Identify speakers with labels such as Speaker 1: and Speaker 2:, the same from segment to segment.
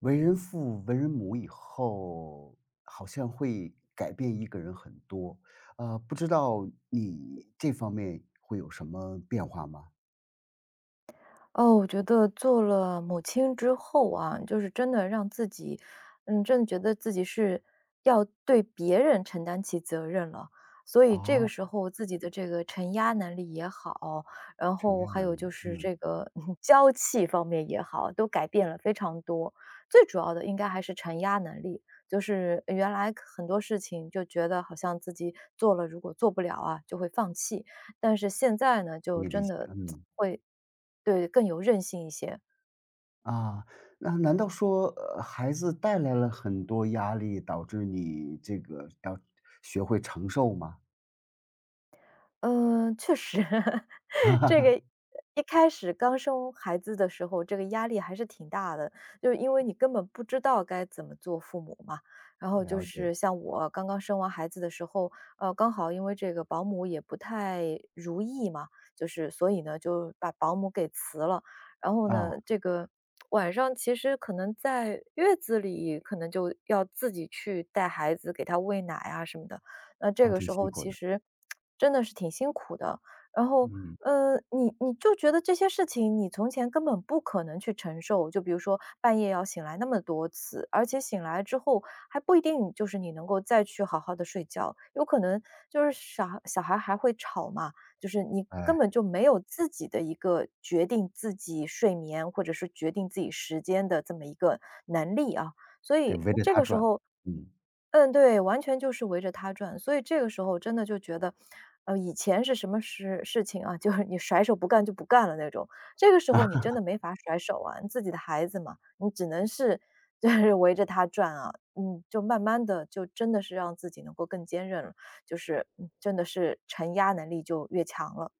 Speaker 1: 为人父、为人母以后，好像会改变一个人很多。不知道你这方面会有什么变化吗？
Speaker 2: 哦，我觉得做了母亲之后啊，就是真的让自己，真的觉得自己是要对别人承担起责任了。所以这个
Speaker 1: 啊，
Speaker 2: 时候自己的这个承压能力也好，然
Speaker 1: 承
Speaker 2: 后
Speaker 1: 压
Speaker 2: 还
Speaker 1: 能
Speaker 2: 有就
Speaker 1: 力，
Speaker 2: 是
Speaker 1: 嗯，
Speaker 2: 这个 娇气方面也好，都改变了非常多。最主要的应该还是承压能力，就是原来很多事情就觉得好像自己做了，如果做不了啊，就会放弃。但是现在呢，
Speaker 1: 可
Speaker 2: 就
Speaker 1: 以理
Speaker 2: 真
Speaker 1: 解，
Speaker 2: 的
Speaker 1: 嗯。
Speaker 2: 会对，更有韧性一些。
Speaker 1: 啊，那难道说，孩子带来了很多压力，导致你这个要学会承受吗？
Speaker 2: 嗯，确实，这个 一开始刚生孩子的时候，这个压力还是挺大的，就因为你根本不知道该怎么做父母嘛。然后就
Speaker 1: 了解，
Speaker 2: 是像我刚刚生完孩子的时候，刚好因为这个保姆也不太如意嘛，就是所以呢就把保姆给辞了。然后
Speaker 1: 啊，
Speaker 2: 呢，这个晚上其实可能在月子里，可能就要自己去带孩子，给他喂奶啊什么的。那这
Speaker 1: 哦，
Speaker 2: 个
Speaker 1: 挺
Speaker 2: 时
Speaker 1: 辛
Speaker 2: 候
Speaker 1: 苦
Speaker 2: 其
Speaker 1: 的，
Speaker 2: 实真的是挺辛苦的。然后，
Speaker 1: 嗯，
Speaker 2: 你就觉得这些事情你从前根本不可能去承受，就比如说半夜要醒来那么多次，而且醒来之后还不一定就是你能够再去好好的睡觉，有可能就是小孩还会吵嘛，就是你
Speaker 1: 哎，
Speaker 2: 根本就没有自己的一个决定自己睡眠，或者是决定自己时间的这么一个能力啊。所
Speaker 1: 得
Speaker 2: 以
Speaker 1: 围着
Speaker 2: 这
Speaker 1: 他
Speaker 2: 个时
Speaker 1: 转，
Speaker 2: 候
Speaker 1: 嗯。
Speaker 2: 嗯，对，完全就是围着他转。所以这个时候真的就觉得，以前是什么事情啊，就是你甩手不干就不干了那种。这个时候你真的没法甩手啊，你自己的孩子嘛，你只能是就是围着他转啊。嗯，就慢慢的就真的是让自己能够更坚韧了，就是，真的是承压能力就越强了，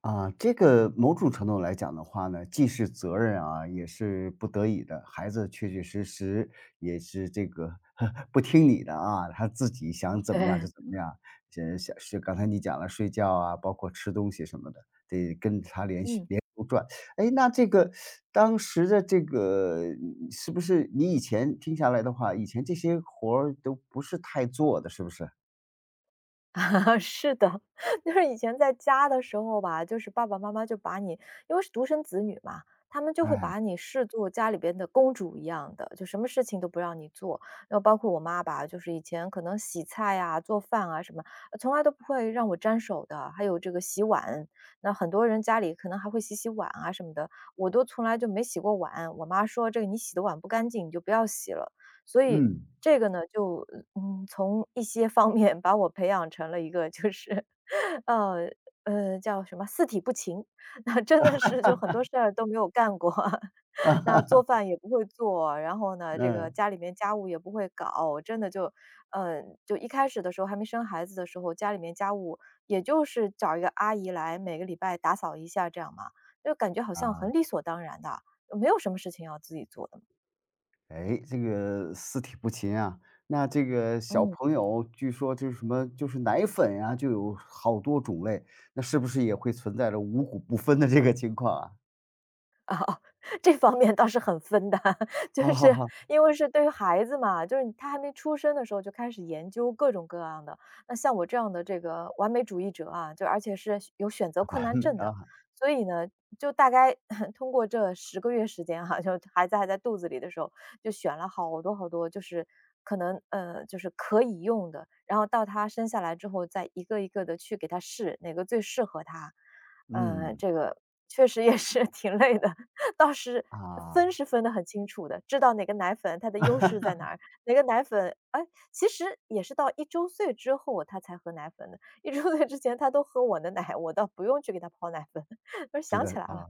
Speaker 1: 啊，这个某种程度来讲的话呢，既是责任啊，也是不得已的。孩子确确实实也是这个 不听你的啊，他自己想怎么样就
Speaker 2: 对，
Speaker 1: 怎么样。这想是刚才你讲了睡觉啊，包括吃东西什么的，得跟他联系
Speaker 2: 嗯。
Speaker 1: 联。哎，那这个当时的这个是不是你以前听下来的话，以前这些活儿都不是太做的，是不是？
Speaker 2: 是的，就是以前在家的时候吧，就是爸爸妈妈就把你因为是独生子女嘛，他们就会
Speaker 1: 哎，
Speaker 2: 把你视作家里边的公主一样的，就什么事情都不让你做。然后包括我妈吧，就是以前可能洗菜啊、做饭啊什么，呃从来都不会让我沾手的。还有这个洗碗，那很多人家里可能还会洗洗碗啊什么的，我都从来就没洗过碗。我妈说这个你洗的碗不干净，你就不要洗了。所以
Speaker 1: 嗯
Speaker 2: 这个呢，就从一些方面把我培养成了一个就是 呃叫什么四体不勤，那真的是就很多事儿都没有干过，那做饭也不会做，然后呢，这个
Speaker 1: 嗯
Speaker 2: 家里面家务也不会搞，真的就，就一开始的时候还没生孩子的时候，家里面家务也就是找一个阿姨来每个礼拜打扫一下这样嘛，就感觉好像很
Speaker 1: 啊。
Speaker 2: 理所当然的，没有什么事情要自己做的，
Speaker 1: 哎，这个四体不勤啊，那这个小
Speaker 2: 嗯。
Speaker 1: 朋友据说就是什么，就是奶粉呀、就有好多种类，那是不是也会存在着五谷不分的这个情况啊？
Speaker 2: 这方面倒是很分的，就
Speaker 1: 啊，
Speaker 2: 是
Speaker 1: 哈哈
Speaker 2: 因为是对于孩子嘛，就是他还没出生的时候就开始研究各种各样的。那像我这样的这个完美主义者啊，就而且是有选择困难
Speaker 1: 美
Speaker 2: 症的，
Speaker 1: 啊，
Speaker 2: 所以呢，就大概 通过这10个月时间哈、就孩子还在肚子里的时候，就选了好多好多，就是可能就是可以用的，然后到他生下来之后，再一个一个的去给他试哪个最适合他。
Speaker 1: 嗯，
Speaker 2: 这个确实也是 挺累的，倒是分
Speaker 1: 啊，
Speaker 2: 是分得很清楚的，知道哪个奶粉它的优势在哪儿，哪个奶粉哎，其实也是到一周岁之后他才喝奶粉的一周岁之前他都喝我的奶，我倒不用去给他泡奶粉，我
Speaker 1: 是
Speaker 2: 想
Speaker 1: 的
Speaker 2: 起来了，
Speaker 1: 啊。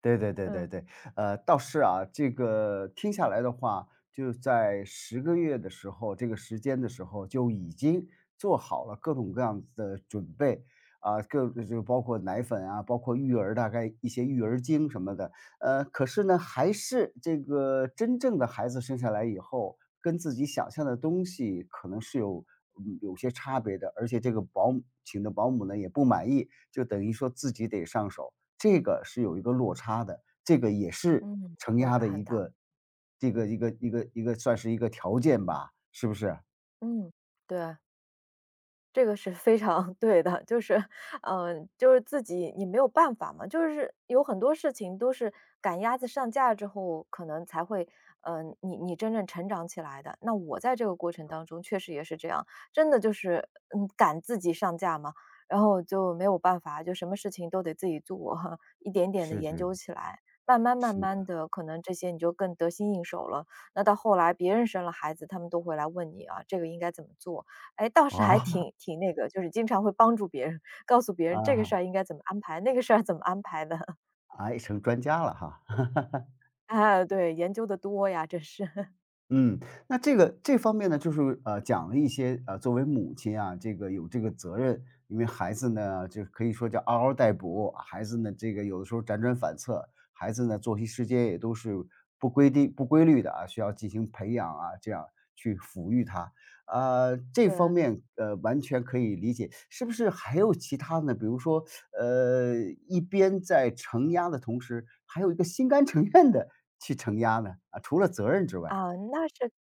Speaker 1: 对对对对
Speaker 2: 嗯，
Speaker 1: 对，倒是啊，这个听下来的话，就在10个月的时候，这个时间的时候就已经做好了各种各样子的准备，啊，就包括奶粉啊，包括育儿，大概一些育儿经什么的。可是呢，还是这个真正的孩子生下来以后，跟自己想象的东西可能是有有些差别的，而且这个保姆请的保姆呢也不满意，就等于说自己得上手。这个是有一个落差的，这个也是
Speaker 2: 嗯。
Speaker 1: 承
Speaker 2: 落
Speaker 1: 压的
Speaker 2: 差很
Speaker 1: 一
Speaker 2: 大，
Speaker 1: 个这个一个算是一个条件吧，是不是？
Speaker 2: 嗯，对。这个是非常 对的，就是，就是自己你没有办法嘛，就是有很多事情都是赶鸭子上架之后，可能才会，你真正成长起来的。那我在这个过程当中确实也是这样，真的就是，赶自己上架嘛，然后就没有办法，就什么事情都得自己做，一点点的
Speaker 1: 是
Speaker 2: 研
Speaker 1: 是
Speaker 2: 究起来，慢慢慢
Speaker 1: 是
Speaker 2: 慢
Speaker 1: 的。
Speaker 2: 的，可能这些你就更得心应手了。那到后来别人生了孩子，他们都会来问你啊，这个应该怎么做？哎，倒是还
Speaker 1: 哦，
Speaker 2: 挺挺那个，就是经常会帮助别人，告诉别 人这个
Speaker 1: 啊，
Speaker 2: 事儿应该怎么安排，那个事儿怎么安排的。
Speaker 1: 哎，成专家了哈。
Speaker 2: 啊，对，研究的多呀，这是。
Speaker 1: 嗯，那这个这方面呢，就是讲了一些作为母亲啊，这个有这个责任，因为孩子呢，就可以说叫嗷嗷待哺，孩子呢，这个有的时候辗转反侧，孩子呢，作息时间也都是不规定、不规律的啊，需要进行培养啊，这样去抚育他。这方
Speaker 2: 对。
Speaker 1: 面完全可以理解。是不是还有其他呢？比如说，呃，一边在承压的同时，还有一个心甘情愿的去承压呢？啊，除了责任之外。
Speaker 2: 啊，那是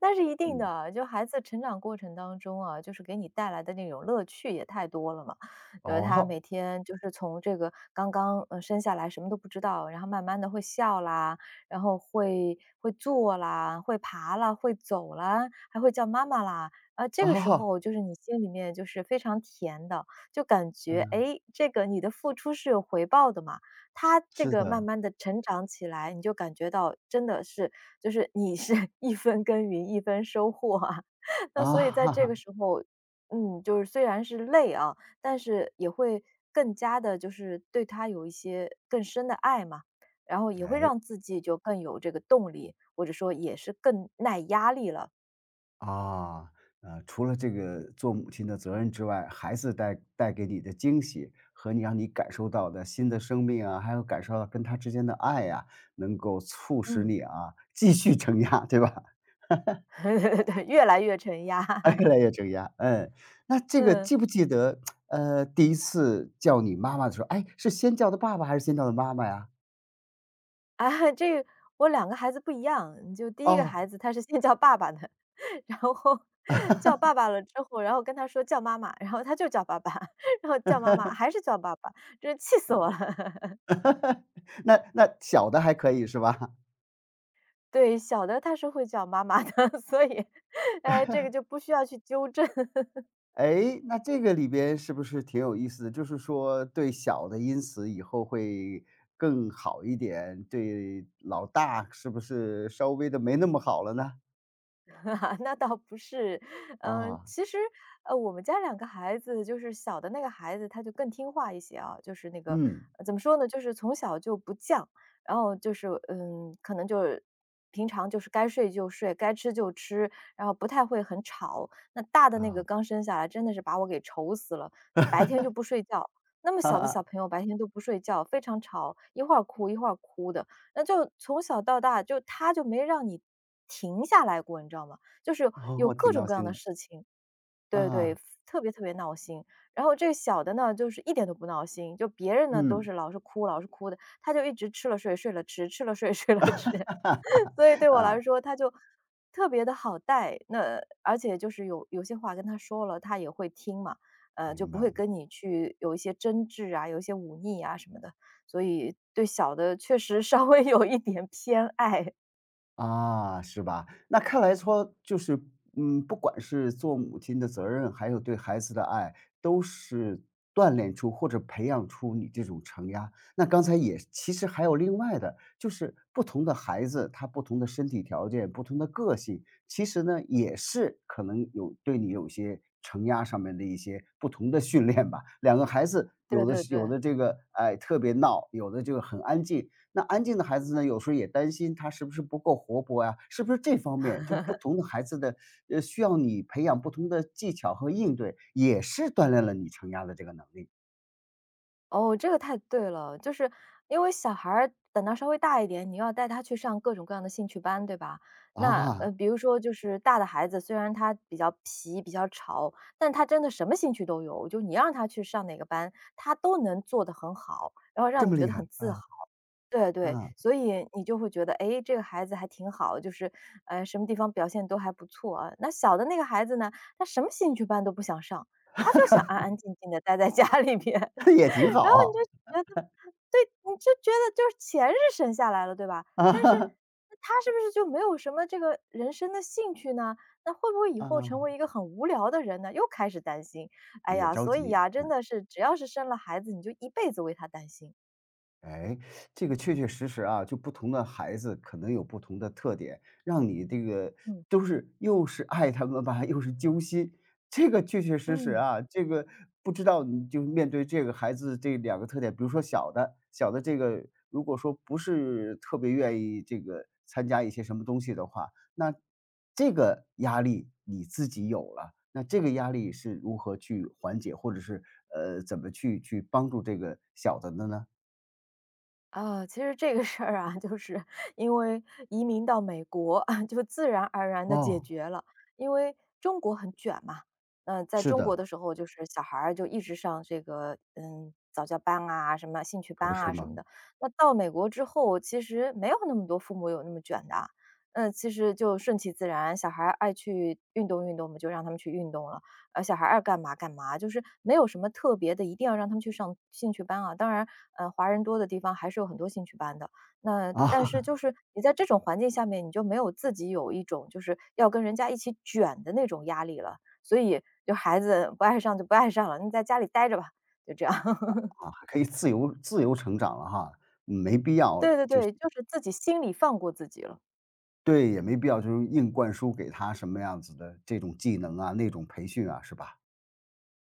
Speaker 2: 那是一定的
Speaker 1: 嗯，
Speaker 2: 啊，就孩子成长过程当中啊，就是给你带来的那种乐趣也太多了嘛。呃，他
Speaker 1: 哦，
Speaker 2: 每天就是从这个刚刚生下来什么都不知道，然后慢慢的会笑啦，然后会坐啦，会爬啦，会走啦，还会叫妈妈啦。啊，这
Speaker 1: 啊
Speaker 2: 个
Speaker 1: 哈
Speaker 2: 时
Speaker 1: 哈，
Speaker 2: 候就是你心里面就是非常甜的，就感觉哎，
Speaker 1: 嗯。
Speaker 2: 诶这个你的付出是有回报的嘛。他这
Speaker 1: 是
Speaker 2: 个慢
Speaker 1: 的，
Speaker 2: 慢的成长起来，你就感觉到真的是就是你是 一分耕耘一分收获啊。那
Speaker 1: 啊，
Speaker 2: 所以在
Speaker 1: 哈
Speaker 2: 这
Speaker 1: 哈
Speaker 2: 个时候，就是虽然是累啊，但是也会更加的，就是对他有一些更深的爱嘛，然后也会
Speaker 1: 哎，
Speaker 2: 让自己就更有这个动力，或者说也是更耐压力了。
Speaker 1: 啊，除了这个做母亲的责任之外，孩子带给你的惊喜和让你感受到的新的生命啊，还有感受到跟他之间的爱呀，能够促使
Speaker 2: 嗯，
Speaker 1: 你啊，继续承压，对吧？
Speaker 2: 对，越来越承压。
Speaker 1: 哎越 来越承压，嗯。那这个
Speaker 2: 嗯，
Speaker 1: 记不记得，第一次叫你妈妈的时候，哎，是先叫的爸爸还是先叫的妈妈呀？
Speaker 2: 啊，这个我两个孩子不一样，就第一个
Speaker 1: 哦，
Speaker 2: 孩子他是 先叫爸爸的。然后 叫爸爸了之后，然后跟他说叫妈妈，然后他就叫爸爸，然后叫妈妈还是叫爸爸，真是气死我了。
Speaker 1: 那小的还可以是吧？
Speaker 2: 对，小的他是会叫妈妈的，所以，哎，这个就不需要去纠正。
Speaker 1: 哎，那这个里边是不是挺有意思的？就是说对小的因此以后会更好一点，对老大是不是稍微的没那么好了呢？
Speaker 2: 那倒不是，嗯、
Speaker 1: 啊，
Speaker 2: 其实我们家两个孩子，就是小的那个孩子，他就更听话一些啊，就是那个
Speaker 1: 嗯，
Speaker 2: 怎么说呢，就是从小就不犟，然后就是可能就是平常就是该睡就睡，该吃就吃，然后不太会很吵。那大的那个
Speaker 1: 啊，
Speaker 2: 刚生下来，真的是把我给愁死了，那白天就不睡觉。那么
Speaker 1: 哈
Speaker 2: 小的
Speaker 1: 哈，
Speaker 2: 小朋友白天都不睡觉，非常吵，一会儿哭一会儿哭的，那就从小到大就他就没让你停下来过，你知道吗？就是有
Speaker 1: 哦，挺
Speaker 2: 各种
Speaker 1: 闹
Speaker 2: 各样
Speaker 1: 心
Speaker 2: 的
Speaker 1: 的，
Speaker 2: 事情，对对，
Speaker 1: 啊，
Speaker 2: 特别特别闹心。然后这个小的呢，就是一点都不闹心，就别人呢都
Speaker 1: 嗯，
Speaker 2: 是老是哭，老是哭的，他就一直吃了睡，睡了吃，吃了睡，睡了吃。所以对我来说，他就特别的好带。那而且就是有些话跟他说了，他也会听嘛，就
Speaker 1: 明
Speaker 2: 不
Speaker 1: 白。
Speaker 2: 会跟你去有一些争执啊，有一些忤逆啊什么的。所以对小的确实 稍微有一点偏爱，
Speaker 1: 啊，是吧？那看来说就是，嗯，不管是做母亲的责任，还有对孩子的爱，都是锻炼出或者培养出你这种承压。那刚才也其实还有另外的，就是不同的孩子，他不同的身体条件、不同的个性，其实呢也是可能有对你有些承压上面的一些不同的训练吧。2个孩子
Speaker 2: 对
Speaker 1: 有的
Speaker 2: 对
Speaker 1: 是有
Speaker 2: 对。
Speaker 1: 的这个哎特别闹，有的就很安静，那安静的孩子呢，有时候也担心他是不是不够活泼呀？是不是这方面就是不同的孩子的，需要你培养不同的技巧和应对，也是锻炼了你承压的这个能力。
Speaker 2: 哦，这个太对了，就是因为小孩儿等到稍微大一点，你要带他去上各种各样的兴趣班，对吧？那
Speaker 1: 啊，
Speaker 2: 比如说就是大的孩子，虽然他比较皮、比较吵，但他真的什么兴趣都有，就你让他去上哪个班，他都能做得很好，然后
Speaker 1: 这
Speaker 2: 让你
Speaker 1: 么
Speaker 2: 觉
Speaker 1: 厉
Speaker 2: 得
Speaker 1: 害，
Speaker 2: 很自豪。
Speaker 1: 啊，
Speaker 2: 对对，
Speaker 1: 啊，
Speaker 2: 所以你就会觉得，哎，这个孩子还挺好，就是什么地方表现都还不错啊。那小的那个孩子呢，他什么兴趣班都不想上，他就想安安静静的待在家里边。
Speaker 1: 也挺
Speaker 2: 然后你
Speaker 1: 好，
Speaker 2: 就觉得对，你就觉得就是钱是省下来了，对吧？但是
Speaker 1: 啊，
Speaker 2: 那他是不是就没有什么这个人生的兴趣呢？那会不会 以后成
Speaker 1: 啊，
Speaker 2: 为一个很无聊的人呢？又开始担心。哎
Speaker 1: 也
Speaker 2: 呀，
Speaker 1: 着
Speaker 2: 所以
Speaker 1: 急。
Speaker 2: 呀，真的是只要是生了孩子，你就一辈子为他担心。
Speaker 1: 哎，这个确确实实啊，就不同的孩子可能有不同的特点，让你这个
Speaker 2: 嗯
Speaker 1: 都是又是爱他们吧，又是揪心。这个确确实实
Speaker 2: 嗯。
Speaker 1: 啊，这个不知道你就面对这个孩子这两个特点，比如说小的，小的这个如果说不是特别愿意这个参加一些什么东西的话，那这个压力你自己有了，那这个压力是如何去缓解，或者是怎么去帮助这个小的的呢？
Speaker 2: 啊，其实这个事儿啊，就是因为移民到美国，就自然而然的解
Speaker 1: 哦。
Speaker 2: 决了。因为中国很卷嘛，嗯，在
Speaker 1: 是
Speaker 2: 中国
Speaker 1: 的，
Speaker 2: 的时候就是小孩儿就一直上这个，嗯，早教班啊，什么兴趣
Speaker 1: 可不
Speaker 2: 班
Speaker 1: 是
Speaker 2: 啊什
Speaker 1: 吗？
Speaker 2: 么的。那到美国之后，其实没有那么多父母有那么卷的啊，嗯，其实就顺其自然，小孩儿爱去运动运动，我们就让他们去运动了。小孩爱干嘛干嘛，就是没有什么特别的，一定要让他们去上兴趣班啊。当然，华人多的地方还是有很多兴趣班的。那
Speaker 1: 啊，
Speaker 2: 但是就 是你在这种环境下面，你就没有自己有一种就是要跟人家一起卷的那种压力了，所以就孩子不爱上就不爱上了，你在家里待着吧，就这样。
Speaker 1: 还可以自由成长了哈，没必要
Speaker 2: 对对
Speaker 1: 就
Speaker 2: 对，就是自己心里放过自己了。
Speaker 1: 对，也没必要就是硬灌输给他什么样子的这种技能啊，那种培训啊，是吧？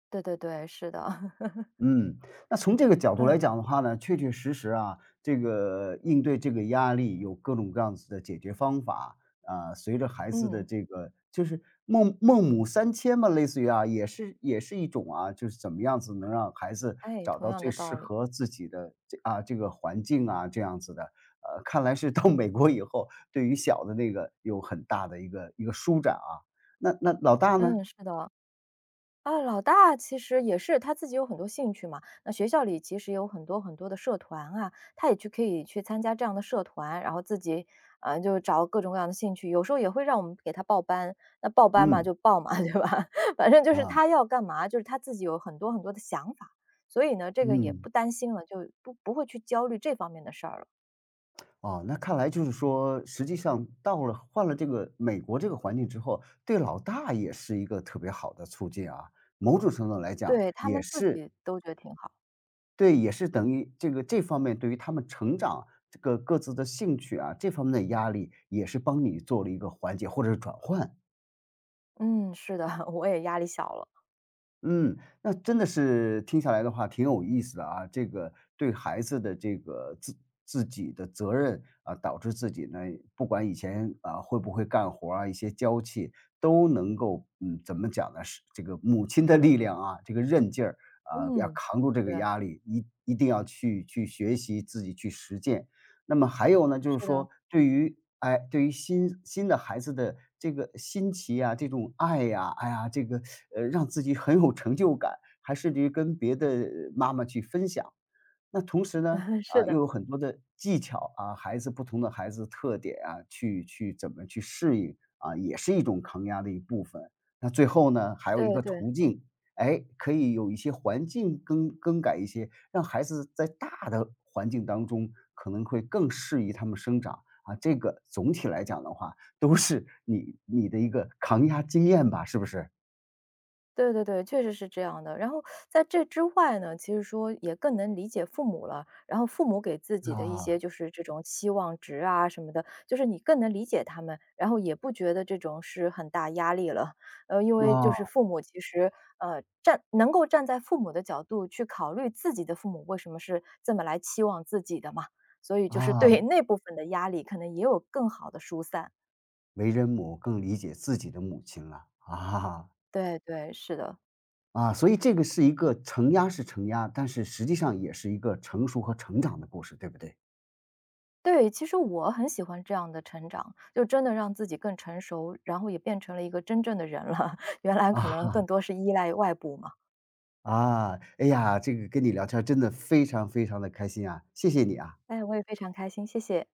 Speaker 2: 对对对，是的，
Speaker 1: 嗯，那从这个角度来
Speaker 2: 嗯
Speaker 1: 讲的话呢，确确实实啊，这个应对这个压力有各种各样子的解决方法啊。随着孩子的
Speaker 2: 嗯，
Speaker 1: 这个就是孟母三迁嘛，类似于啊，也是一种啊，就是怎么样子能让孩子
Speaker 2: 哎，
Speaker 1: 找
Speaker 2: 同
Speaker 1: 到
Speaker 2: 样的
Speaker 1: 最适
Speaker 2: 道理，
Speaker 1: 合自己的这个环境啊这样子的。看来是到美国以后，对于小的那个有很大的一个一个舒展啊。那老大呢？
Speaker 2: 嗯，是的。啊，老大其实也是他自己有很多兴趣嘛。那学校里其实有很多很多的社团啊，他也去可以去参加这样的社团，然后自己就找各种各样的兴趣。有时候也会让我们给他报班，那报班嘛
Speaker 1: 嗯，
Speaker 2: 就报嘛，对吧？反正就是
Speaker 1: 啊，
Speaker 2: 他要干嘛，就是他自己有很多很多的想法，所以呢，这个也
Speaker 1: 嗯。
Speaker 2: 不担心了，就不会去焦虑这方面的事儿了。
Speaker 1: 哦，那看来就是说，实际上到了换了这个美国这个环境之后，对老大也是一个特别好的促进啊。某种程度来讲，
Speaker 2: 对他
Speaker 1: 也
Speaker 2: 们自
Speaker 1: 是
Speaker 2: 己都觉得挺好。
Speaker 1: 对，也是等于这个这方面对于他们成长这个各自的兴趣啊，这方面的压力也是帮你做了一个缓解或者是转换。
Speaker 2: 嗯，是的，我也压力小了。
Speaker 1: 嗯，那真的是听下来的话挺有意思的啊。这个对孩子的这个自己的责任啊，导致自己呢，不管以前啊会不会干活儿啊，一些娇气都能够，怎么讲呢？是这个母亲的力量啊，这个韧劲儿啊，要
Speaker 2: 嗯，
Speaker 1: 扛住这个
Speaker 2: 对，
Speaker 1: 压力，一定要去学习，自己去实践。那么还有呢，就是
Speaker 2: 是的，
Speaker 1: 说对于哎，对于新的孩子的这个新奇啊，这种爱呀，哎呀，这个，让自己很有成就感，还甚至于跟别的妈妈去分享。那同时呢，
Speaker 2: 是
Speaker 1: 啊，又
Speaker 2: 的，
Speaker 1: 有很多的技巧啊，孩子不同的孩子特点啊，去去怎么去适应啊，也是一种抗压的一部分。那最后呢，还有一
Speaker 2: 对
Speaker 1: 个
Speaker 2: 对。
Speaker 1: 途径，哎，可以有一些环境更改一些，让孩子在大的环境当中可能会更适宜他们生长啊。这个总体来讲的话，都是你的一个抗压经验吧，是不是？
Speaker 2: 对对对，确实是这样的。然后在这之外呢，其实说也更能理解父母了。然后父母给自己的一些
Speaker 1: 啊，
Speaker 2: 就是这种期望值啊什么的，就是你更能理解他们，然后也不觉得这种是很大压力了。呃，因为就
Speaker 1: 啊，
Speaker 2: 是父母其实能够站在父母的角度去考虑自己的父母为什么是这么来期望自己的嘛，所以就是
Speaker 1: 啊，
Speaker 2: 对 那部分的压力可能也有更好的疏散。
Speaker 1: 为人母更理解自己的母亲了，啊。
Speaker 2: 对对，是的。
Speaker 1: 啊，所以这个是一个承压是承压，但是实际上也是一个成熟和成长的故事，对不对？
Speaker 2: 对，其实我很喜欢这样的成长，就真的让自己更成熟，然后也变成了一个真正的人了，原来可
Speaker 1: 啊
Speaker 2: 能更多是依赖外部嘛。
Speaker 1: 啊，哎呀，这个跟你聊天儿真的非常非常的开心啊，谢谢你啊。
Speaker 2: 哎，我也非常开心，谢谢。